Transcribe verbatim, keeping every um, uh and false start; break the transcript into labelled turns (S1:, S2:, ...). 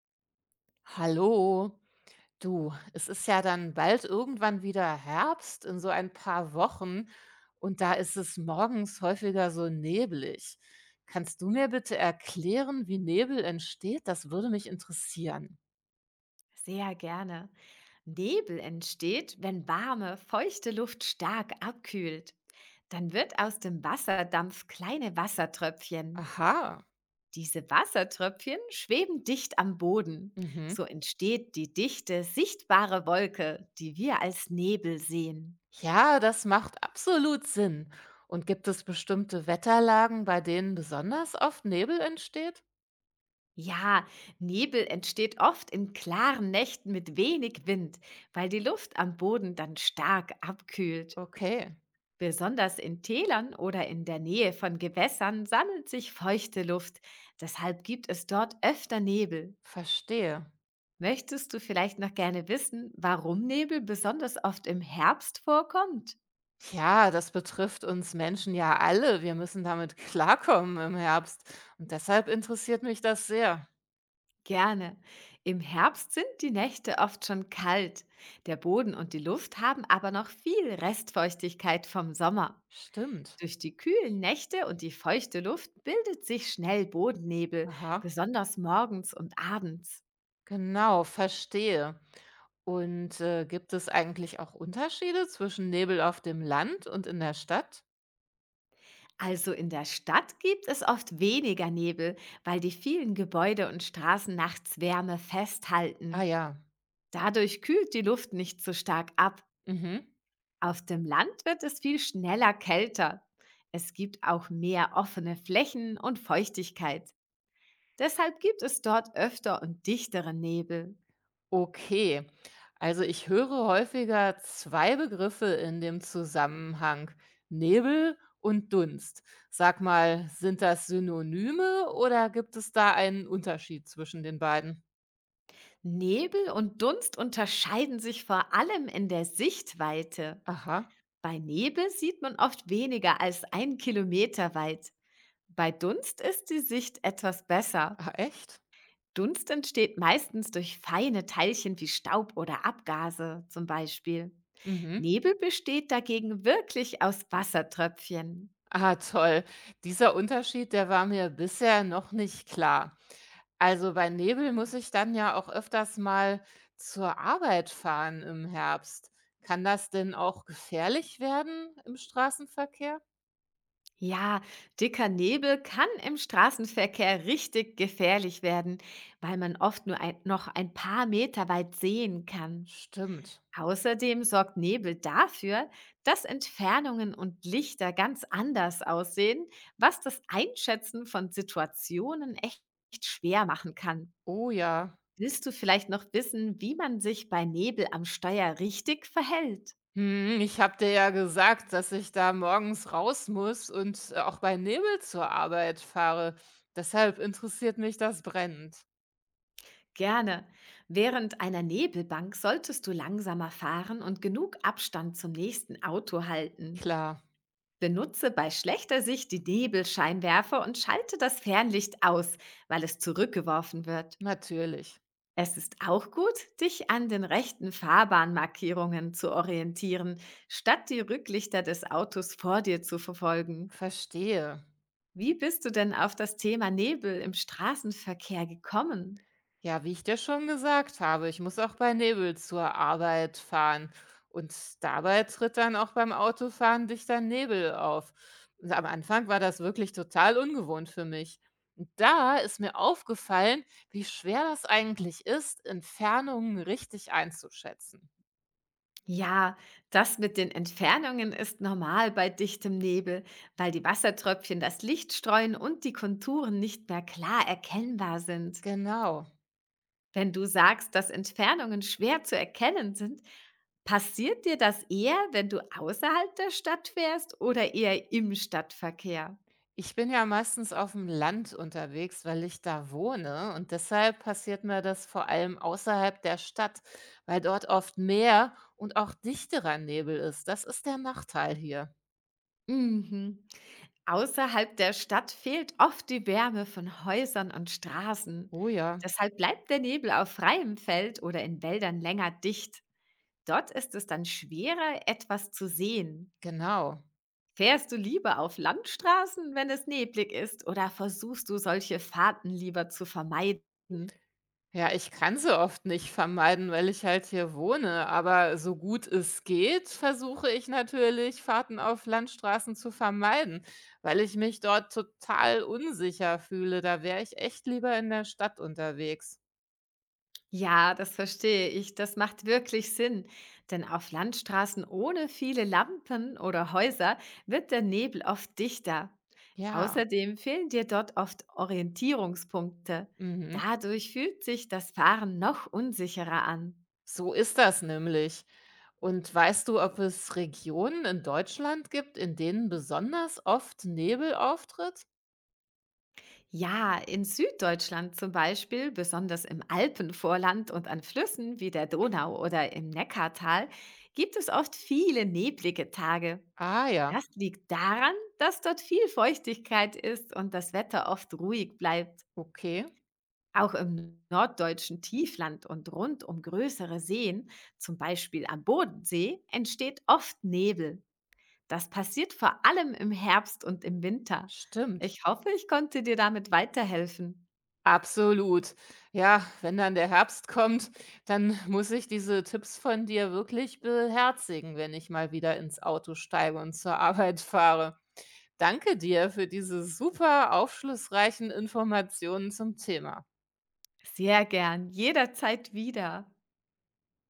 S1: Hallo, du, es ist ja dann bald irgendwann wieder Herbst in so ein paar Wochen und da ist es morgens häufiger so neblig. Kannst du mir bitte erklären, wie Nebel entsteht? Das würde mich interessieren.
S2: Sehr gerne. Nebel entsteht, wenn warme, feuchte Luft stark abkühlt. Dann wird aus dem Wasserdampf kleine Wassertröpfchen.
S1: Aha,
S2: Diese Wassertröpfchen schweben dicht am Boden.
S1: mhm.
S2: So entsteht die dichte, sichtbare Wolke, die wir als Nebel sehen.
S1: Ja, das macht absolut Sinn. Und gibt es bestimmte Wetterlagen, bei denen besonders oft Nebel entsteht?
S2: Ja, Nebel entsteht oft in klaren Nächten mit wenig Wind, weil die Luft am Boden dann stark abkühlt.
S1: Okay,
S2: Besonders in Tälern oder in der Nähe von Gewässern sammelt sich feuchte Luft. Deshalb gibt es dort öfter Nebel.
S1: verstehe.
S2: Möchtest du vielleicht noch gerne wissen, warum Nebel besonders oft im Herbst vorkommt?
S1: Ja, das betrifft uns Menschen ja alle. Wir müssen damit klarkommen im Herbst. Und deshalb interessiert mich das sehr.
S2: Gerne. Im Herbst sind die Nächte oft schon kalt. Der Boden und die Luft haben aber noch viel Restfeuchtigkeit vom Sommer.
S1: Stimmt.
S2: Durch die kühlen Nächte und die feuchte Luft bildet sich schnell Bodennebel,
S1: Aha.
S2: besonders morgens und abends.
S1: Genau, verstehe. Und äh, gibt es eigentlich auch Unterschiede zwischen Nebel auf dem Land und in der Stadt?
S2: Also in der Stadt gibt es oft weniger Nebel, weil die vielen Gebäude und Straßen nachts Wärme
S1: Ah
S2: festhalten.
S1: ja.
S2: Dadurch kühlt die Luft nicht so stark ab.
S1: Mhm.
S2: Auf dem Land wird es viel schneller kälter. Es gibt auch mehr offene Flächen und Feuchtigkeit. Deshalb gibt es dort öfter und dichtere Nebel.
S1: Okay, also ich höre häufiger zwei Begriffe in dem Zusammenhang, Nebel und Dunst. Sag mal, sind das Synonyme oder gibt es da einen Unterschied zwischen den beiden?
S2: Nebel und Dunst unterscheiden sich vor allem in der Sichtweite.
S1: Aha,
S2: Bei Nebel sieht man oft weniger als einen Kilometer weit. Bei Dunst ist die Sicht etwas besser.
S1: ah, echt?
S2: Dunst entsteht meistens durch feine Teilchen wie Staub oder Abgase zum Beispiel.
S1: Mhm.
S2: Nebel besteht dagegen wirklich aus Wassertröpfchen.
S1: Ah, toll. Dieser Unterschied, der war mir bisher noch nicht klar. Also bei Nebel muss ich dann ja auch öfters mal zur Arbeit fahren im Herbst. Kann das denn auch gefährlich werden im Straßenverkehr?
S2: Ja, dicker Nebel kann im Straßenverkehr richtig gefährlich werden, weil man oft nur ein, noch ein paar Meter weit sehen kann.
S1: Stimmt.
S2: Außerdem sorgt Nebel dafür, dass Entfernungen und Lichter ganz anders aussehen, was das Einschätzen von Situationen echt schwer machen kann.
S1: Oh ja.
S2: Willst du vielleicht noch wissen, wie man sich bei Nebel am Steuer richtig verhält?
S1: Hm, ich habe dir ja gesagt, dass ich da morgens raus muss und äh, auch bei Nebel zur Arbeit fahre. Deshalb interessiert mich das brennend.
S2: Gerne. Während einer Nebelbank solltest du langsamer fahren und genug Abstand zum nächsten Auto halten.
S1: Klar,
S2: Benutze bei schlechter Sicht die Nebelscheinwerfer und schalte das Fernlicht aus, weil es zurückgeworfen wird.
S1: natürlich.
S2: Es ist auch gut, dich an den rechten Fahrbahnmarkierungen zu orientieren, statt die Rücklichter des Autos vor dir zu verfolgen.
S1: Verstehe.
S2: Wie bist du denn auf das Thema Nebel im Straßenverkehr gekommen?
S1: Ja, wie ich dir schon gesagt habe, ich muss auch bei Nebel zur Arbeit fahren. Und dabei tritt dann auch beim Autofahren dichter Nebel auf. Und am Anfang war das wirklich total ungewohnt für mich. Und da ist mir aufgefallen, wie schwer das eigentlich ist, Entfernungen richtig einzuschätzen.
S2: Ja, das mit den Entfernungen ist normal bei dichtem Nebel, weil die Wassertröpfchen das Licht streuen und die Konturen nicht mehr klar erkennbar sind.
S1: Genau.
S2: Wenn du sagst, dass Entfernungen schwer zu erkennen sind, passiert dir das eher, wenn du außerhalb der Stadt fährst oder eher im Stadtverkehr?
S1: Ich bin ja meistens auf dem Land unterwegs, weil ich da wohne und deshalb passiert mir das vor allem außerhalb der Stadt, weil dort oft mehr und auch dichterer Nebel ist. Das ist der Nachteil hier.
S2: Mhm. Außerhalb der Stadt fehlt oft die Wärme von Häusern und Straßen.
S1: Oh ja,
S2: Deshalb bleibt der Nebel auf freiem Feld oder in Wäldern länger dicht. Dort ist es dann schwerer, etwas zu sehen.
S1: genau.
S2: Fährst du lieber auf Landstraßen, wenn es neblig ist, oder versuchst du solche Fahrten lieber zu vermeiden?
S1: Ja, ich kann sie oft nicht vermeiden, weil ich halt hier wohne, aber so gut es geht, versuche ich natürlich, Fahrten auf Landstraßen zu vermeiden, weil ich mich dort total unsicher fühle. Da wäre ich echt lieber in der Stadt unterwegs.
S2: Ja, das verstehe ich. Das macht wirklich Sinn. Denn auf Landstraßen ohne viele Lampen oder Häuser wird der Nebel oft dichter.
S1: Ja.
S2: Außerdem fehlen dir dort oft Orientierungspunkte.
S1: Mhm.
S2: Dadurch fühlt sich das Fahren noch unsicherer an.
S1: So ist das nämlich. Und weißt du, ob es Regionen in Deutschland gibt, in denen besonders oft Nebel auftritt?
S2: Ja, in Süddeutschland zum Beispiel, besonders im Alpenvorland und an Flüssen wie der Donau oder im Neckartal, gibt es oft viele neblige Tage.
S1: Ah ja,
S2: Das liegt daran, dass dort viel Feuchtigkeit ist und das Wetter oft ruhig bleibt.
S1: okay,
S2: Auch im norddeutschen Tiefland und rund um größere Seen, zum Beispiel am Bodensee, entsteht oft Nebel. Das passiert vor allem im Herbst und im Winter.
S1: stimmt.
S2: Ich hoffe, ich konnte dir damit weiterhelfen.
S1: Absolut. Ja, wenn dann der Herbst kommt, dann muss ich diese Tipps von dir wirklich beherzigen, wenn ich mal wieder ins Auto steige und zur Arbeit fahre. Danke dir für diese super aufschlussreichen Informationen zum Thema.
S2: Sehr gern, jederzeit wieder.